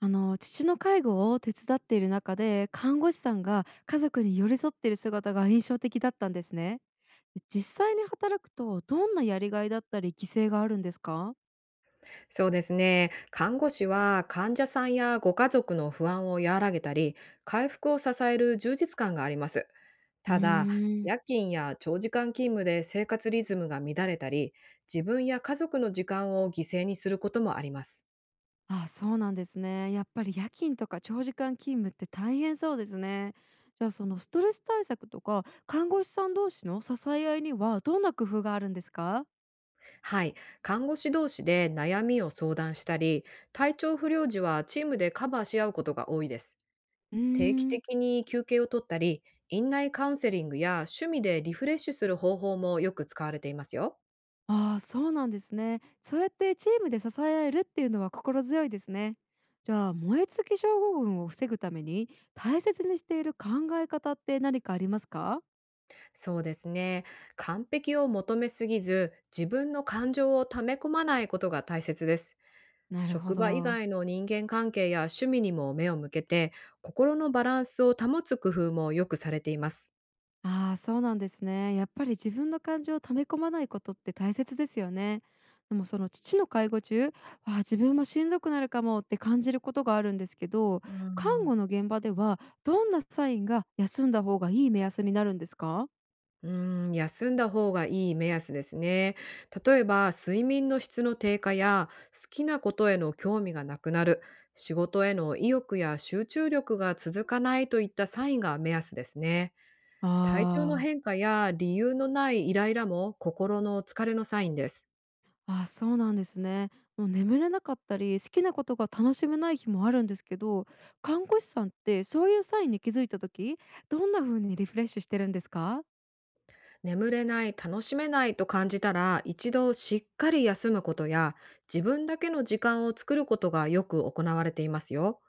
あの、父の介護を手伝っている中で看護師さんが家族に寄り添っている姿が印象的だったんですね。実際に働くと、どんなやりがいだったり犠牲があるんですか？そうですね。看護師は患者さんやご家族の不安を和らげたり、回復を支える充実感があります。うただ、ーん。夜勤や長時間勤務で生活リズムが乱れたり、自分や家族の時間を犠牲にすることもあります。あ、そうなんですね。やっぱり夜勤とか長時間勤務って大変そうですね。じゃあ、そのストレス対策とか看護師さん同士の支え合いには、どんな工夫があるんですか？はい。看護師同士で悩みを相談したり、体調不良時はチームでカバーし合うことが多いです。うー定期ん。的に休憩を取ったり、院内カウンセリングや趣味でリフレッシュする方法もよく使われていますよ。ああ、そうなんですね。そうやってチームで支え合えるっていうのは心強いですね。じゃあ、燃え尽き症候群を防ぐために大切にしている考え方って何かありますか？そうですね。完璧を求めすぎず、自分の感情を溜め込まないことが大切です。なるほ職場以ど。外の人間関係や趣味にも目を向けて、心のバランスを保つ工夫もよくされています。ああ、そうなんですね。やっぱり自分の感情を溜め込まないことって大切ですよね。でも、その父の介護中、自分もしんどくなるかもって感じることがあるんですけど、う看ん、護の現場ではどんなサインが休んだ方がいい目安になるんですか？う休んだ方がいい目安ですね。例えば、睡眠の質の低下や、好きなことへの興味がなくなる、仕事への意欲や集中力が続かないといったサインが目安ですね。体調のああ。変化や理由のないイライラも心の疲れのサインです。あ、そうなんですね。もう眠れなかったり、好きなことが楽しめない日もあるんですけど、看護師さんってそういうサインに気づいた時、どんな風にリフレッシュしてるんですか？眠れない、楽しめないと感じたら、一度しっかり休むことや、自分だけの時間を作ることがよく行われていますよ。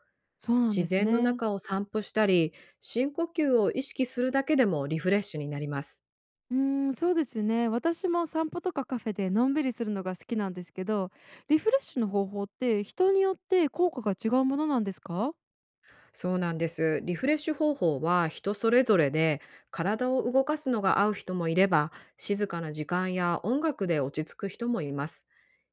そうなん自です然のね。中を散歩したり、深呼吸を意識するだけでもリフレッシュになります。うーん、そうですね。私も散歩とかカフェでのんびりするのが好きなんですけど、リフレッシュの方法って人によって効果が違うものなんですか？そうなんです。リフレッシュ方法は人それぞれで、体を動かすのが合う人もいれば、静かな時間や音楽で落ち着く人もいます。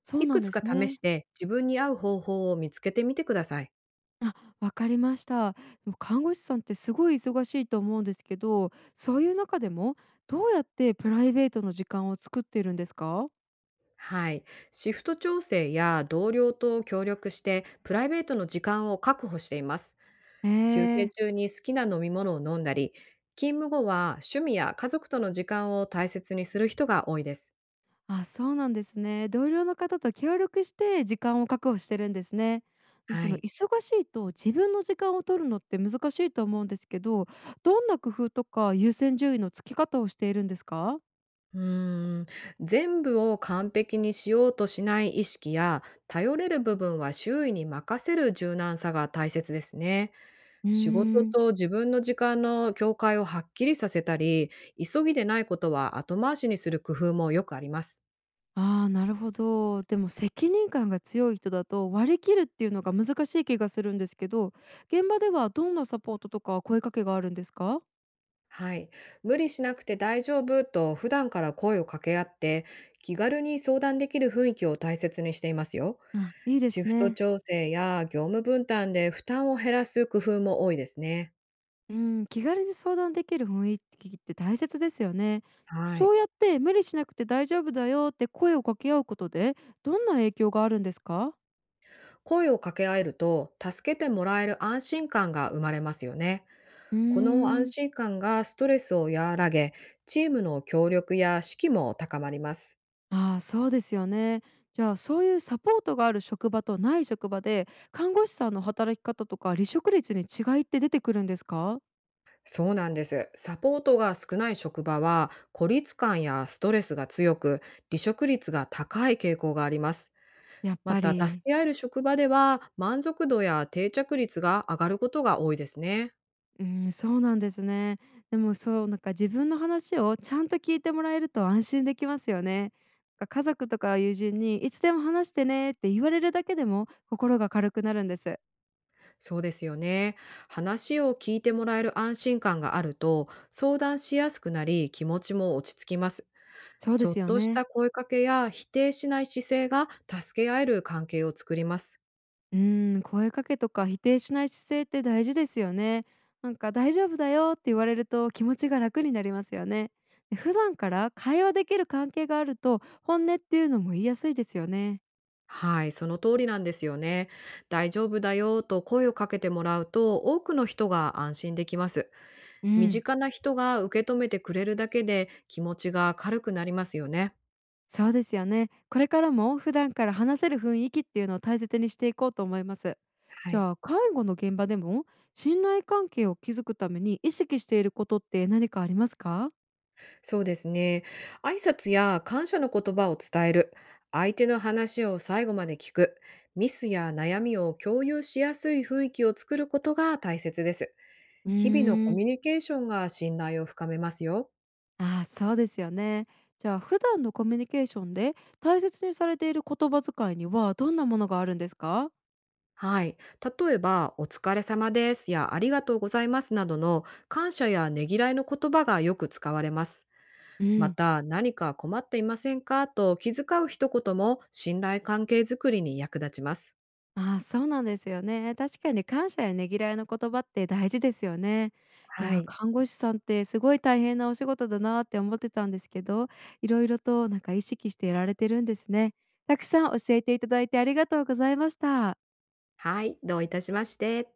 そういなくんつでかす試ね。して、自分に合う方法を見つけてみてください。あ、わかりました。でも、看護師さんってすごい忙しいと思うんですけど、そういう中でもどうやってプライベートの時間を作っているんですか？はい。シフト調整や同僚と協力して、プライベートの時間を確保しています。え休憩ー、中に好きな飲み物を飲んだり、勤務後は趣味や家族との時間を大切にする人が多いです。あ、そうなんですね。同僚の方と協力して時間を確保してるんですね。でも、はその忙い。しいと自分の時間を取るのって難しいと思うんですけど、どんな工夫とか優先順位のつけ方をしているんですか？うーん全部を完璧にしようとしない意識や頼れる部分は周囲に任せる柔軟さが大切ですね。う仕ー事ん。と自分の時間の境界をはっきりさせたり、急ぎでないことは後回しにする工夫もよくあります。ああ、なるほど。でも、責任感が強い人だと割り切るっていうのが難しい気がするんですけど、現場ではどんなサポートとか声かけがあるんですか？はい。無理しなくて大丈夫と普段から声を掛け合って、気軽に相談できる雰囲気を大切にしていますよ。あ、いいでシすフトね。調整や業務分担で負担を減らす工夫も多いですね。うん、気軽に相談できる雰囲気って大切ですよね。はい。そうやって無理しなくて大丈夫だよって声を掛け合うことで、どんな影響があるんですか？声を掛け合えると、助けてもらえる安心感が生まれますよね。うーこの安ん。心感がストレスを和らげ、チームの協力や士気も高まります。ああ、そうですよね。じゃあ、そういうサポートがある職場とない職場で、看護師さんの働き方とか離職率に違いって出てくるんですか？そうなんです。サポートが少ない職場は、孤立感やストレスが強く、離職率が高い傾向があります。やっまぱた、助り。け合える職場では、満足度や定着率が上がることが多いですね。うん、そうなんですね。でもそう、なんか自分の話をちゃんと聞いてもらえると安心できますよね。なんか家族とか友人にいつでも話してねって言われるだけでも心が軽くなるんです。そうですよね。話を聞いてもらえる安心感があると、相談しやすくなり、気持ちも落ち着きます。そうちでょすっよとしたね。声かけや否定しない姿勢が助け合える関係を作ります。うーん、声かけとか否定しない姿勢って大事ですよね。なんか大丈夫だよって言われると気持ちが楽になりますよね。で、普段から会話できる関係があると本音っていうのも言いやすいですよね。はい、その通りなんですよね。大丈夫だよと声をかけてもらうと多くの人が安心できます。う身ん、近な人が受け止めてくれるだけで気持ちが軽くなりますよね。そうですよね。これからも普段から話せる雰囲気っていうのを大切にしていこうと思います。はじい、ゃあ、介護の現場でも信頼関係を築くために意識していることって何かありますか？そうですね。挨拶や感謝の言葉を伝える。相手の話を最後まで聞く。ミスや悩みを共有しやすい雰囲気を作ることが大切です。う日々のコーん。ミュニケーションが信頼を深めますよ。ああ、そうですよね。じゃあ、普段のコミュニケーションで大切にされている言葉遣いにはどんなものがあるんですか？はい。例えば、お疲れ様ですやありがとうございますなどの感謝やねぎらいの言葉がよく使われます。うまん。た、何か困っていませんかと気遣う一言も信頼関係づくりに役立ちます。ああ、そうなんですよね。確かに感謝やねぎらいの言葉って大事ですよね。いはやー、い。看護師さんってすごい大変なお仕事だなーって思ってたんですけど、いろいろとなんか意識してやられてるんですね。たくさん教えていただいて、ありがとうございました。はい。どういたしまして。